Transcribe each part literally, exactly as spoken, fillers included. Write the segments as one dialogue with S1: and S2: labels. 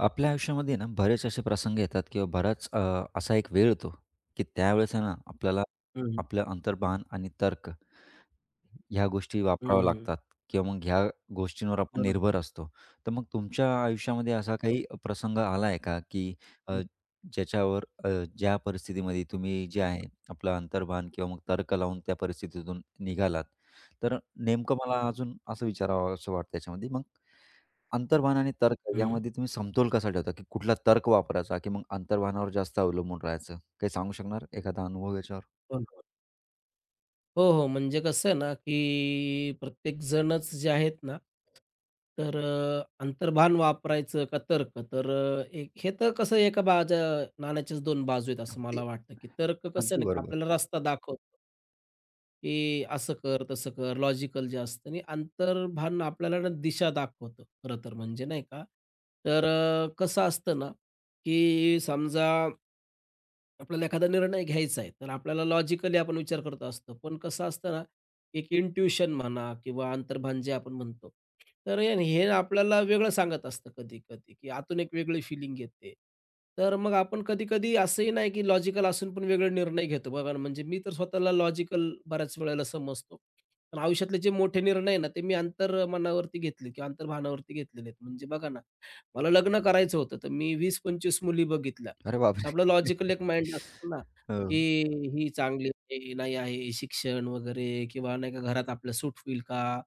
S1: आपल्या आयुष्यामध्ये ना बरेच असे प्रसंग येतात किंवा बराच अ, असा एक वेळ येतो, की त्यावेळेस आहे ना आपल्याला
S2: हं,
S1: आपलं अंतर्भान आणि तर्क ह्या गोष्टी वापराव्या
S2: हं.
S1: लागतात किंवा मग ह्या गोष्टींवर आपण
S2: बरोबर.
S1: निर्भर असतो. तर मग तुमच्या आयुष्यामध्ये असा
S2: बरोबर.
S1: काही प्रसंग आला आहे का, की
S2: हं,
S1: अ, ज्याच्यावर अ, ज्या परिस्थितीमध्ये तुम्ही जे आहे आपलं अंतर्भान किंवा मग तर्क लावून त्या परिस्थितीतून निघालात? तर नेमकं मला
S2: हं,
S1: अजून असं विचारावसं वाटतं याच्यामध्ये मग अंतर्भान आणि तर्क
S2: हं.
S1: यामध्ये तुम्ही समतोल कसा ठेवता, की कुठला तर्क वापरायचा, की मग अंतर्भानावर जास्त अवलंबून राहायचं? काही सांगू शकणार एखादा अनुभव याच्यावर?
S2: बरोबर. हो, हो. म्हणजे कसं आहे ना, की प्रत्येकजणच जे आहेत ना, तर अ, अंतर्भान वापरायचं का तर्क? तर अ, एक हे तर कसं एका बाजा नाण्याच्याच दोन बाजू आहेत असं
S1: अगदी
S2: मला वाटतं, की तर्क कसं
S1: अगदी
S2: आहे ना, की
S1: बरोबर.
S2: आपल्याला रस्ता दाखवतो, की असं कर, तसं कर, लॉजिकल जे असतं आणि अंतर्भान आपल्याला ना दिशा दाखवतं खरं तर म्हणजे नाही का. तर अ, कसं असतं ना, की समजा आपल्याला एखादा निर्णय घ्यायचा आहे, तर आपल्याला लॉजिकली आपण विचार करत असतो. पण कसं असतं ना, एक इंट्युशन म्हणा किंवा अंतर्भान जे आपण म्हणतो, तर याने हे आपल्याला वेगळं सांगत असतं कधी-कधी, की आतून एक वेगळी फिलिंग येते. तर मग आपण कधी-कधी असंही नाही की लॉजिकल असून पण वेगळे निर्णय घेतो. बघा ना, म्हणजे मी तर स्वतःला लॉजिकल बऱ्याच वेळेला समजतो. पण आयुष्यातले जे मोठे निर्णय आहे ना, ते मी अंतर्मनावरती घेतले किंवा अंतर्भानावरती घेतलेले आहेत. म्हणजे बघा ना, मला लग्न करायचं होतं, तर मी वीस पंचवीस मुली बघितल्या.
S1: अरे बापरे!
S2: आपलं लॉजिकल एक माइंड असतं ना,
S1: हो,
S2: की ही चांगली आहे, नाही आहे, हे शिक्षण वगैरे किंवा नाही का घरात आपलं सूट होईल का?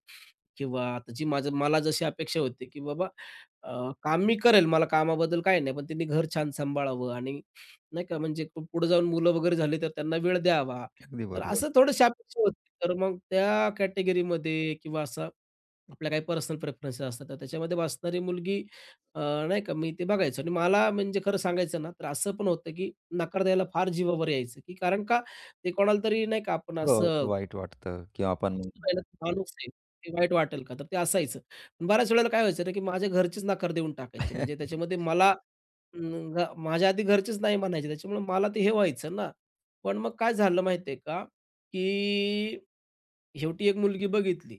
S2: किंवा आता जी माझं मला जशी अपेक्षा होती, की बाबा अ, काम मी करेल, मला कामाबद्दल काही नाही, पण त्यांनी घर छान सांभाळावं आणि नाही का म्हणजे पु- पुढे जाऊन मुलं वगैरे झाली, तर त्यांना वेळ द्यावा.
S1: अगदी
S2: तर असं
S1: बरोबर.
S2: थोडीशी अपेक्षा होती. तर मग त्या कॅटेगरीमध्ये किंवा असा आपल्या काही पर्सनल प्रेफरन्सेस असतात तर त्याच्यामध्ये वाचणारी मुलगी अ, नाही का मी ते बघायचो आणि मला म्हणजे खरं सांगायचं ना तर असं पण होतं की नकार द्यायला फार जीवावर यायचं की कारण का ते कोणाला तरी नाही का आपण
S1: हो,
S2: असं
S1: वाईट वाटतं किंवा आपण मग
S2: "याला तो माणूस आहे ते वाईट वाटेल का तर ते असायचं पण बऱ्याच वेळेला काय व्हायचं ना की माझ्या घरचेच नकार देऊन टाकायचे म्हणजे त्याच्यामध्ये मला अं, घ- माझ्या आधी घरचेच नाही म्हणायचे त्याच्यामुळे मला ते हे व्हायचं ना पण मग काय झालं माहितीये का की शेवटी एक मुलगी बघितली,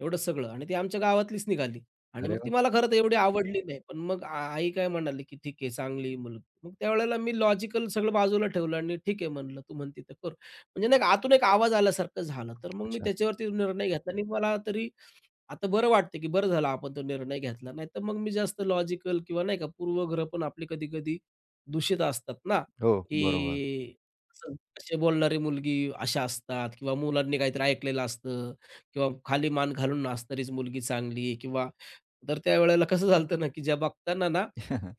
S2: एवढं सगळं आणि ती आमच्या गावातलीच निघाली आणि
S1: अरे
S2: मग ती
S1: वाह!
S2: मला खरं तर एवढी आवडली नाही. पण मग आ आई काय म्हणाली, की "ठीक आहे, चांगली आहे मुलगी." मग त्यावेळेला मी लॉजिकल सगळं बाजूला ठेवलं आणि ठीक आहे म्हणलं, "तू म्हणती तर करू." म्हणजे नाही का आतून एक आवाज आल्यासारखं झालं. तर मग मी
S1: अच्छा.
S2: त्याच्यावरती निर्णय घेतला आणि मला तरी आता बरं वाटतं, की बरं झालं आपण तो निर्णय घेतला. नाहीतर मग मी जास्त लॉजिकल किंवा नाही का पूर्वग्रह पण आपले कधी-कधी दूषित असतात ना,
S1: हो, बरोबर.
S2: की असं असे बोलणारी मुलगी अशा असतात किंवा मुलांनी काहीतरी ऐकलेलं असतं किंवा खाली मान घालून नाचणारीच मुलगी चांगली किंवा तर त्यावेळेला कसं झालं ना, की ज्या बघताना ना,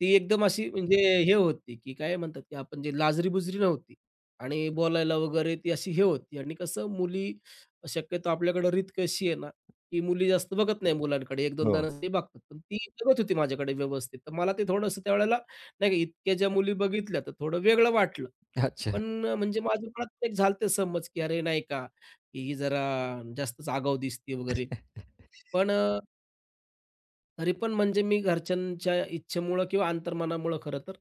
S2: ती एकदम अशी म्हणजे हे होती, की काय म्हणतात, की आपण जे लाजरी-बुजरी नव्हती आणि बोलायला वगैरे ती अशी हे होती आणि कसं मुली शक्यतो आपल्याकडं रीत कशी आहे ना, की मुली जास्त बघत नाही मुलांकडे, एक-2दा
S1: हो.
S2: नसते बघतात. पण ती बघत होती माझ्याकडे व्यवस्थित. तर मला ते थोडंसं त्यावेळेला नाही का इतक्या ज्या मुली बघितल्या तर थोडं वेगळं वाटलं.
S1: अच्छा.
S2: पण म्हणजे माझ्या मनात एक झालते समज, की अरे नाही का, की ही जरा जास्तच आगाऊ दिसते वगैरे. पण तरी पण म्हणजे मी घरच्यांच्या इच्छेमुळं किंवा अंतर्मनामुळं खरं तर,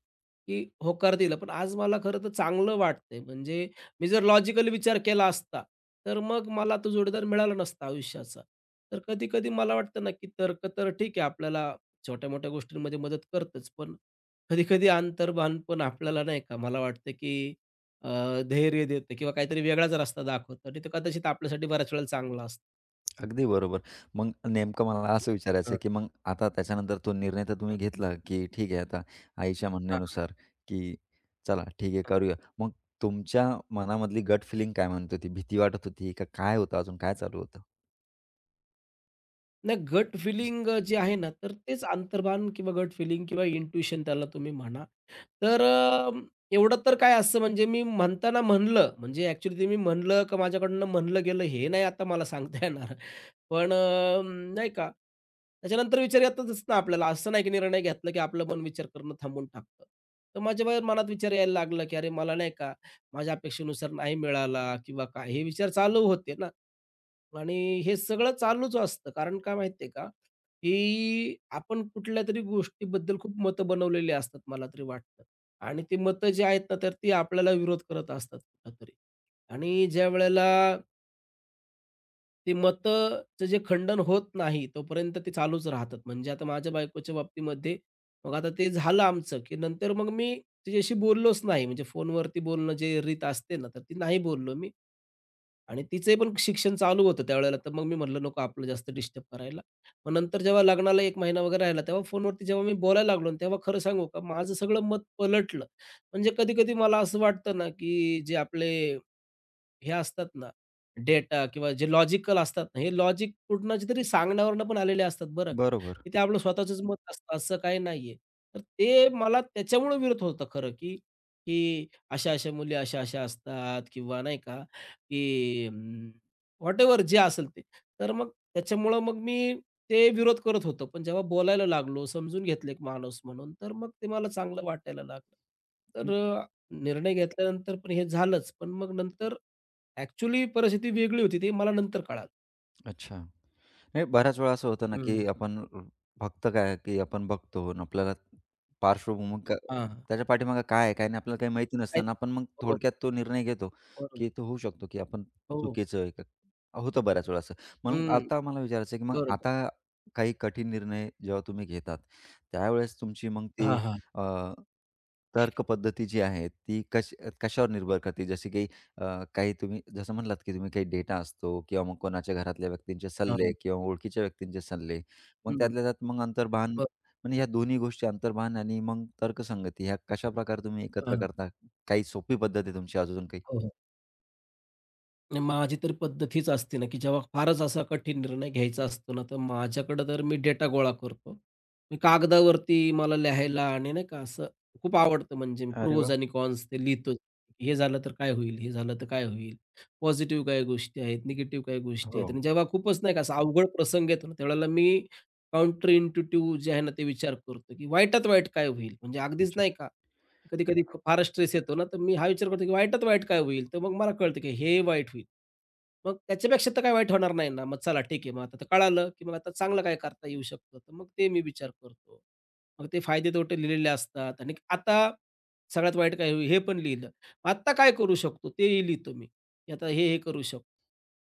S2: की होकार दिला. पण आज मला खरं तर चांगलं वाटतंय. म्हणजे मी जर लॉजिकली विचार केला असता, तर मग मला तो जोडीदार मिळाला नसता आयुष्याचा. तर कधी-कधी मला वाटतं ना, की तर्क तर ठीक आहे, आपल्याला छोट्या-मोठ्या गोष्टींमध्ये मदत करतच. पण कधी-कधी अंतर्भान पण आपल्याला नाही का, मला वाटतं, की अ, धैर्य देतं किंवा काहीतरी वेगळाच रस्ता दाखवतं आणि तो कदाचित आपल्यासाठी बऱ्याच वेळेला चांगला असतो.
S1: अगदी बरोबर. मग नेमकं मला असं विचारायचं
S2: हं,
S1: आहे, की मग आता त्याच्यानंतर तो निर्णय तर तुम्ही
S2: हं.
S1: घेतला, की ठीक आहे आता आईच्या
S2: हां,
S1: म्हणण्यानुसार, की चला ठीक आहे करूया. मग तुमच्या मनामधली गट फिलिंग काय म्हणत होती? भीती वाटत होती का काय होतं अजून काय चालू होतं?
S2: नाही गट फिलिंग अ, जे आहे ना, तर तेच अंतर्भान किंवा गट फिलिंग किंवा इंट्युशन त्याला तुम्ही म्हणा. तर अ, एवढं तर काय असतं म्हणजे मी म्हणताना म्हणलं, म्हणजे ॲक्चुअली ते मी म्हणलं का माझ्याकडनं म्हणलं गेलं हे नाही आता मला सांगता येणार. पण अ, नाही का, त्याच्यानंतर विचार येतातच ना आपल्याला. असं नाही की निर्णय घेतला की आपलं मन विचार करणं थांबून टाकतं. तर माझ्या बाहेर मनात विचार यायला लागला की अरे मला नाही का माझ्या अपेक्षेनुसार नाही मिळाला किंवा काय हे विचार चालू होते ना. आणि हे सगळं चालूच असतं. कारण काय माहिती आहे का, की आपण कुठल्यातरी गोष्टीबद्दल खूप मतं बनवलेली असतात मला तरी वाटतं. आणि ती मतं जी आहेत ना, तर ती आपल्याला विरोध करत असतात कुठेतरी. आणि ज्यावेळेला ते मतचं जे खंडन होत नाही तोपर्यंत ते चालूच राहतात. म्हणजे आता माझ्या बायकोच्या बाबतीमध्ये मग आता ते झालं आमचं, की नंतर मग मी तिच्याशी बोललोच नाही. म्हणजे फोनवरती बोलणं जे रीत असते ना, तर ती नाही बोललो मी आणि तिचंही पण शिक्षण चालू होतं त्यावेळेला. तर मग मी म्हटलं, "नको आपलं जास्त डिस्टर्ब करायला." मग नंतर जेव्हा लग्नाला एक महिना वगैरे राहिला, तेव्हा फोनवरती जेव्हा मी बोलायला लागलो ना, तेव्हा खरं सांगू का माझं सगळं मत पलटलं. म्हणजे कधी-कधी मला असं वाटतं ना, की जे आपले हे असतात ना, डेटा किंवा जे लॉजिकल असतात ना, हे लॉजिक कुठनाच्या तरी सांगण्यावरनं पण आलेले असतात बरं का,
S1: बरोबर.
S2: की ते आपलं स्वतःचंच मत असतं असं काही नाहीये. तर ते मला त्याच्यामुळं विरोध होतं खरं, की की अशा-अशा मुली अशा-अशा असतात किंवा नाही का, की अं, व्हॉटएव्हर जे असेल ते. तर मग त्याच्यामुळं मग मी ते विरोध करत होतो. पण जेव्हा बोलायला लागलो, समजून घेतलं एक माणूस म्हणून, तर मग ते मला चांगलं वाटायला लागलं. तर अ, निर्णय घेतल्यानंतर पण हे झालंच. पण मग नंतर ॲक्चुअली परिस्थिती वेगळी होती. ते मला नंतर कळालं.
S1: अच्छा. नाही बऱ्याच वेळा असं होतं ना,
S2: हं.
S1: की आपण अ, फक्त काय की आपण बघतो आणि आपल्याला पार्श्वभूमी क
S2: हां, हां.
S1: त्याच्या पाठीमागे काय आहे, काय नाही आपल्याला काही माहिती नसतं
S2: काय
S1: आणि आपण मग
S2: हो,
S1: थोडक्यात तो निर्णय घेतो,
S2: बरोबर.
S1: की तो होऊ शकतो, की आपण
S2: हो.
S1: चुकीचं आहे का? होतं बऱ्याच वेळा असं. मग
S2: हं,
S1: आता मला विचारायचं आहे, की मग
S2: बरोबर.
S1: आता काही कठीण निर्णय जेव्हा तुम्ही घेतात, त्यावेळेस तुमची मग ती
S2: हां, हां.
S1: अ, तर्क पद्धती जी आहे, ती कश कशावर
S2: हं.
S1: निर्भर करते? जसे की अ, काही तुम्ही जसं म्हणलात, की तुम्ही काही डेटा असतो किंवा मग कोणाच्या घरातल्या व्यक्तींचे सल्ले
S2: हां,
S1: किंवा ओळखीच्या व्यक्तींचे सल्ले. मग
S2: हं,
S1: त्यातल्या त्यात मग अंतर्भान
S2: बरं.
S1: म्हणजे ह्या दोन्ही गोष्टी अंतर्भान आणि मग तर्कसंगती ह्या कशाप्रकारे तुम्ही एकत्र
S2: हां.
S1: करता? काही सोपी पद्धत आहे तुमची अजून काही?
S2: हो. नाही, माझी तर पद्धत असते ना, की जेव्हा फारच असा कठीण निर्णय घ्यायचा असतो ना, तर माझ्याकडं तर मी डेटा गोळा करतो. मी कागदावरती मला लिहायला आणि नाही का असं खूप आवडतं म्हणजे
S1: अरे
S2: प्रोज
S1: वाह!
S2: आणि कॉन्स ते लिहितोच. हे झालं तर काय होईल? हे झालं तर काय होईल? पॉझिटिव्ह काय गोष्टी आहेत? निगेटिव्ह काय गोष्टी
S1: हो.
S2: आहेत? आणि जेव्हा खूपच नाही का असा अवघड प्रसंग येतो ना, त्यावेळेला मी काउंटर इंट्युटिव्ह जे आहे ना, ते विचार करतो, की वाईटात वाईट काय होईल? म्हणजे अगदीच
S1: हो.
S2: नाही का कधी-कधी फ फारच स्ट्रेस येतो ना, तर मी हा विचार करतो, की वाईटात वाईट काय होईल? तर मग मला कळतं, की हे वाईट होईल. मग त्याच्यापेक्षा तर काय वाईट होणार नाही ना. मग चला ठीक आहे. मग आता तर कळालं, की मग आता चांगलं काय करता येऊ शकतं? तर मग ते मी विचार करतो. मग ते फायदे-तोटे लिहिलेले असतात आणि आता सगळ्यात वाईट काय होईल? हे पण लिहिलं. मग आत्ता काय करू शकतो? तेही लिहितो मी, की आता हे, हे करू शकतो.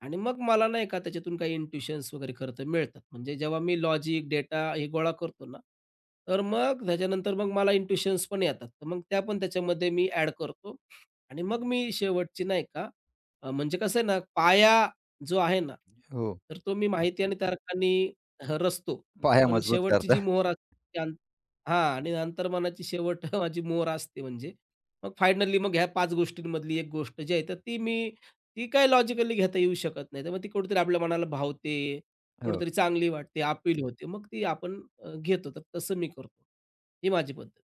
S2: आणि मग मला नाही का त्याच्यातून काही इंट्युशन्स वगैरे खरं तर मिळतात. म्हणजे जेव्हा मी लॉजिक, डेटा हे गोळा करतो ना, तर मग त्याच्यानंतर मग मला इंट्युशन्स पण येतात. तर मग त्या पण त्याच्यामध्ये मी ॲड करतो आणि मग मी शेवटची नाही का अ, म्हणजे कसं आहे ना, पाया जो आहे ना,
S1: हो.
S2: तर तो मी माहिती आणि तारखांनी रचतो.
S1: पाया
S2: पण
S1: मजबूत
S2: शेवटची जी
S1: करता.
S2: मोहर असते ती अंत हां आणि अंतर्मनाची शेवट माझी मोहर असते म्हणजे. मग फायनली मग ह्या पाच गोष्टींमधली एक गोष्ट जी आहे, तर ती मी ती काय लॉजिकली घेता येऊ शकत नाही. तर मग ती कुठेतरी आपल्या मनाला भावते,
S1: हो.
S2: कुठेतरी चांगली वाटते, अपील होते. मग ती आपण अ, घेतो. तर तसं मी करतो. ही माझी पद्धत.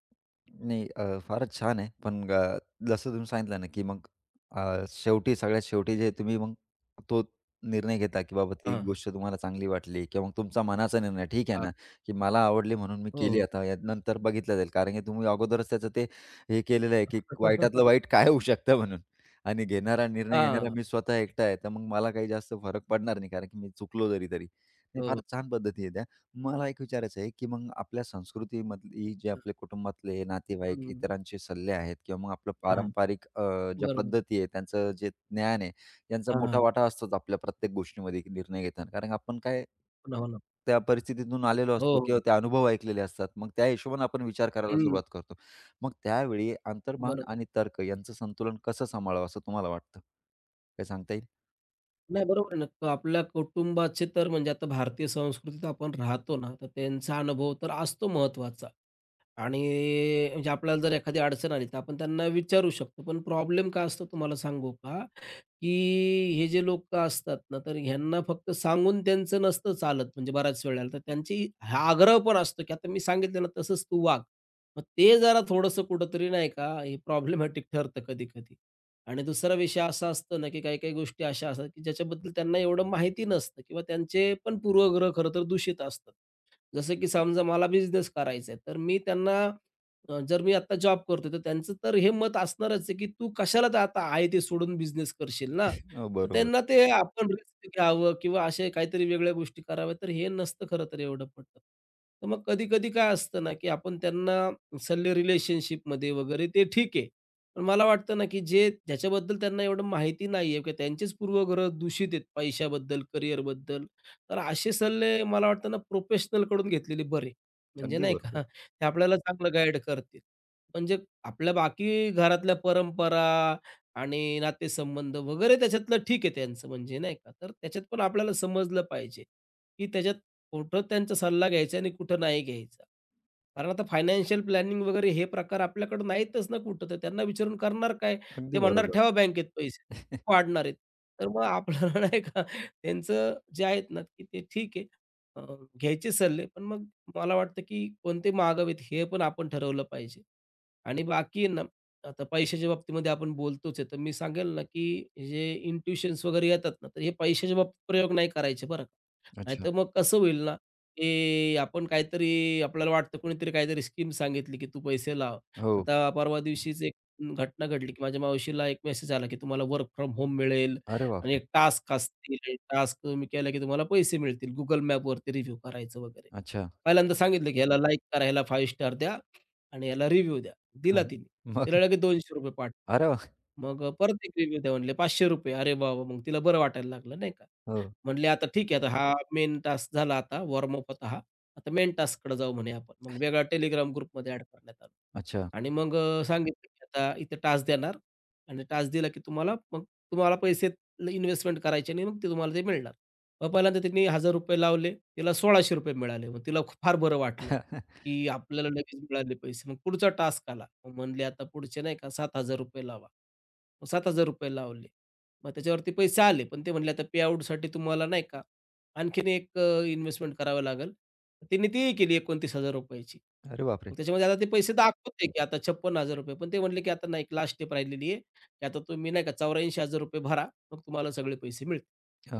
S1: नाही अ, फारच छान आहे. पण अ, जसं तुम्ही सांगितलं ना, की मग अ, शेवटी सगळ्यात शेवटी जे तुम्ही मग तो निर्णय घेता, की बाबा ती
S2: हां,
S1: गोष्ट तुम्हाला चांगली वाटली किंवा मग तुमचा मनाचा निर्णय. ठीक आहे
S2: हां.
S1: ना, की मला आवडली म्हणून मी
S2: हो,
S1: केली
S2: हो.
S1: आता यानंतर बघितलं जाईल. कारण की तुम्ही अगोदरच त्याचं ते हे केलेलं आहे, की वाईटातलं वाईट काय होऊ शकतं म्हणून आणि घेणारा निर्णय घेणारा
S2: हां.
S1: मी स्वतः एकटा आहे. तर मग मला काही जास्त फरक पडणार नाही कारण की मी चुकलो जरी तरी. हे
S2: हो.
S1: फार छान पद्धती आहे. मला एक विचारायचं आहे, की मग आपल्या संस्कृतीमधली जे आपले कुटुंबातले नातेवाईक,
S2: हं.
S1: इतरांचे सल्ले आहेत किंवा मग आपलं
S2: हां.
S1: पारंपरिक अ, ज्या
S2: बरोबर.
S1: पद्धती आहे, त्यांचं जे ज्ञान आहे, यांचा मोठा
S2: हां.
S1: वाटा असतोच आपल्या प्रत्येक गोष्टीमध्ये निर्णय घेताना. कारण आपण काय
S2: हो ना, हो ना.
S1: त्या परिस्थितीतून आलेलो
S2: हो,
S1: असतो किंवा
S2: हो.
S1: ते अनुभव ऐकलेले असतात. मग त्या हिशोबाने आपण विचार करायला
S2: हं.
S1: सुरुवात करतो. मग त्यावेळी अंतर्भान
S2: बरोबर.
S1: आणि तर्क यांचं संतुलन कसं सांभाळावं असं तुम्हाला वाटतं? काय सांगता येईल?
S2: नाही बरोबर आहे ना. आपल्या कुटुंबाचे तर म्हणजे आता भारतीय संस्कृतीत आपण राहतो ना, तर त्यांचा अनुभव तर असतो महत्त्वाचा. आणि म्हणजे आपल्याला जर एखादी अडचण आली तर आपण त्यांना विचारू शकतो. पण प्रॉब्लेम काय असतो तुम्हाला सांगू का? की हे जे लोकं असतात ना, तर ह्यांना फक्त सांगून त्यांचं नसतं चालत म्हणजे बऱ्याच वेळेला. तर त्यांची हा आग्रह पण असतो, की आता मी सांगितलं ना तसंच तू वाग. मग ते जरा थोडंसं कुठेतरी नाही का हे प्रॉब्लेमॅटिक ठरतं कधी-कधी. आणि दुसरा विषय असा असतो ना, की काही-काही गोष्टी अशा असतात, की ज्याच्याबद्दल त्यांना एवढं माहिती नसतं किंवा त्यांचे पण पूर्वग्रह खरं तर दूषित असतात. जसं की समजा मला बिझनेस करायचा आहे, तर मी त्यांना अ, जर मी आता जॉब करतोय, तर त्यांचं तर हे मत असणारच आहे, की "तू कशाला तर आता आहे ते सोडून बिझनेस करशील ना?"
S1: हो,
S2: तर
S1: बरोबर.
S2: त्यांना ते आपण रिस्क घ्यावं किंवा अशा काहीतरी वेगळ्या गोष्टी कराव्या, तर हे नसतं खरं तर एवढं पटत. तर मग कधी-कधी काय असतं ना, की आपण त्यांना सल्ले रिलेशनशिपमध्ये वगैरे ते ठीक आहे. पण मला वाटतं ना, की जे ज्याच्याबद्दल त्यांना एवढं माहिती नाहीये, की त्यांचेच पूर्वग्रह दूषित आहेत पैशाबद्दल, करिअरबद्दल तर असे सल्ले मला वाटतं ना प्रोफेशनलकडून घेतलेले बरे. म्हणजे
S1: अगदी
S2: नाही का,
S1: बरोबर.
S2: ते आपल्याला चांगलं गाईड करतील. म्हणजे आपल्या बाकी घरातल्या परंपरा आणि नातेसंबंध वगैरे त्याच्यातलं ठीक आहे त्यांचं म्हणजे नाही का. तर त्याच्यात पण आपल्याला समजलं पाहिजे, की त्याच्यात कुठं त्यांचा सल्ला घ्यायचा आणि कुठं नाही घ्यायचा. कारण आता फायनान्शियल प्लॅनिंग वगैरे हे प्रकार आपल्याकडे नाहीतच ना कुठं, तर त्यांना विचारून करणार काय? ते
S1: अगदी
S2: म्हणणार
S1: बरोबर.
S2: ठेवा बँकेत पैसे, वाढणार आहेत. तर मग आपल्याला नाही का त्यांचं जे आहेत ना, की ते ठीक आहे. अ, घ्यायचे सल्ले, पण मग मला वाटतं, की कोणते मागावेत हे पण आपण ठरवलं पाहिजे. आणि बाकी ना आता पैशाच्या बाबतीमध्ये आपण बोलतोच आहे, तर मी सांगेल ना, की जे इंट्युशन्स वगैरे येतात ना, तर हे पैशाच्या बाबतीत प्रयोग नाही करायचे बरं का.
S1: अच्छा.
S2: नाहीतर मग कसं होईल ना, की आपण काहीतरी आपल्याला वाटतं कोणीतरी काहीतरी स्कीम सांगितली, की तू पैसे लाव.
S1: हो.
S2: आता परवा दिवशीच एक घटना घडली, की माझ्या मावशीला एक मेसेज आला, की तुम्हाला वर्क फ्रॉम होम मिळेल
S1: अरे
S2: आणि
S1: बापरे!
S2: एक टास्क असतील टास्क तुम्ही केला, की तुम्हाला पैसे मिळतील. Google मॅपवरती रिव्ह्यू करायचं वगैरे.
S1: अच्छा.
S2: पहिल्यांदा सांगितलं, की ह्याला लाइक करा, ह्याला पाच स्टार द्या आणि ह्याला रिव्ह्यू द्या.
S1: हां.
S2: दिला तिने.
S1: मग?
S2: तिला लगेच ₹दोनशे रुपये पाठव.
S1: अरे वाह!
S2: मग अ, परत एक रिव्ह्यू द्या म्हणले ₹पाचशे रुपये. अरे वाह! मग तिला बरं वाटायला लागलं नाही का?
S1: हो.
S2: म्हटले, "आता ठीक आहे, आता हा मेन टास्क झाला आता, वॉर्म अप होता हा. आता मेन टास्ककडे जाऊ" म्हणे आपण. मग वेगळा Telegram ग्रुपमध्ये ॲड करण्यात आलं
S1: अच्छा.
S2: आणि मग अ, सांगितलं, की "आता इथे टास्क देणार आणि टास्क दिला, की तुम्हाला मग तुम्हाला पैसे इन्व्हेस्टमेंट करायचे आणि मग ते तुम्हाला ते मिळणार." मग पहिल्यांदा त्यांनी ₹एक हजार रुपये लावले, तिला ₹एक हजार सहाशे रुपये मिळाले. मग तिला खूप- फार बरं वाटलं, की आपल्याला लगेच मिळाले पैसे. मग पुढचा टास्क आला. मग म्हणले, "आता पुढचे नाही का ₹सात हजार रुपये लावा." मग ₹सात हजार रुपये लावले. मग त्याच्यावरती पैसे आले, पण ते म्हणले, "आता पे तुम्हाला नाही का आणखीन एक अ, इन्व्हेस्टमेंट करावी लागेल." त्यांनी तीही केली ₹29,000ची.
S1: अरे बापरे!
S2: मग त्याच्यामध्ये आता ते पैसे दाखवत की आता ₹छप्पन्न हजार रुपये पण ते म्हणले, की "आता नाही, लास्ट स्टेप राहिलेली आहे, की आता तुम्ही नाही का ₹चौऱ्याऐंशी हजार रुपये भरा, मग तुम्हाला सगळे पैसे मिळतील."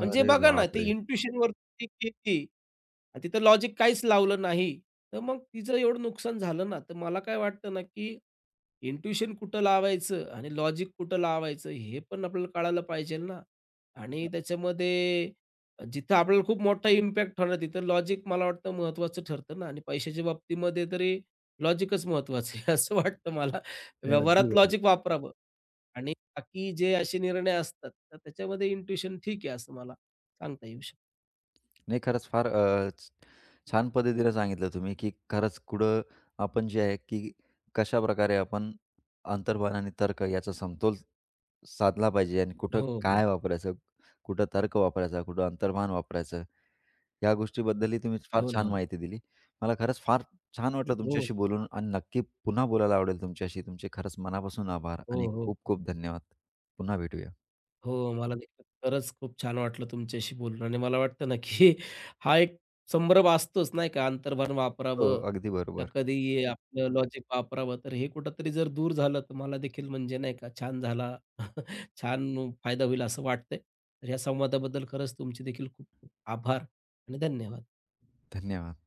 S2: म्हणजे बघा ना, ते
S1: बापरे!
S2: इंट्युशनवरती केली तिथं लॉजिक काहीच लावलं नाही, तर मग तिचं एवढं नुकसान झालं ना, तर मला काय वाटतं ना, की इंट्युशन कुठं लावायचं आणि लॉजिक कुठं लावायचं हे पण आपल्याला कळायला पाहिजे ना आणि त्याच्यामध्ये जिथं आपल्याला खूप मोठा इम्पॅक्ट होणार तिथं लॉजिक मला वाटतं महत्वाचं ठरतं ना आणि पैशाच्या बाबतीमध्ये तरी लॉजिकच महत्वाचं आहे असं वाटतं मला.
S1: नाही, अगदी
S2: व्यवहारात
S1: बरोबर.
S2: लॉजिक वापरावं आणि बाकी जे असे निर्णय असतात तर त्याच्यामध्ये इंट्युशन ठीक आहे असं मला सांगता येऊ शकतं.
S1: नाही, खरंच फार अ, छ छान पद्धतीने सांगितलं तुम्ही, की खरंच कुठं आपण जे आहे, की कशाप्रकारे आपण अंतर्भान आणि तर्क याचा समतोल साधला पाहिजे आणि कुठं
S2: हो, हो.
S1: काय वापरायचं, कुठं तर्क वापरायचा, कुठं अंतर्भान वापरायचं. या गोष्टीबद्दलही तुम्ही फार
S2: हो
S1: छान
S2: ना.
S1: माहिती दिली. मला खरंच फार छान वाटलं
S2: हो.
S1: तुमच्याशी बोलून आणि नक्की पुन्हा बोलायला आवडेल तुमच्याशी. तुमचे खरंच मनापासून आभार
S2: हो,
S1: आणि
S2: हो.
S1: खूप
S2: हो
S1: खूप धन्यवाद. पुन्हा भेटूया.
S2: हो, मला देखील खरंच खूप छान वाटलं तुमच्याशी बोलून आणि मला वाटतं ना, की हा एक संभ्रम असतोच नाही का, अंतर्भान
S1: हो,
S2: वापरावं
S1: अगदी
S2: का
S1: बरोबर.
S2: कधी आपलं लॉजिक वापरावं, तर हे कुठेतरी जर दूर झालं, तर मला देखील म्हणजे नाही का छान झाला, छान फायदा होईल असं वाटतंय. तर या संवादाबद्दल खरंच तुमचे देखील खूप खूप आभार आणि धन्यवाद.
S1: धन्यवाद.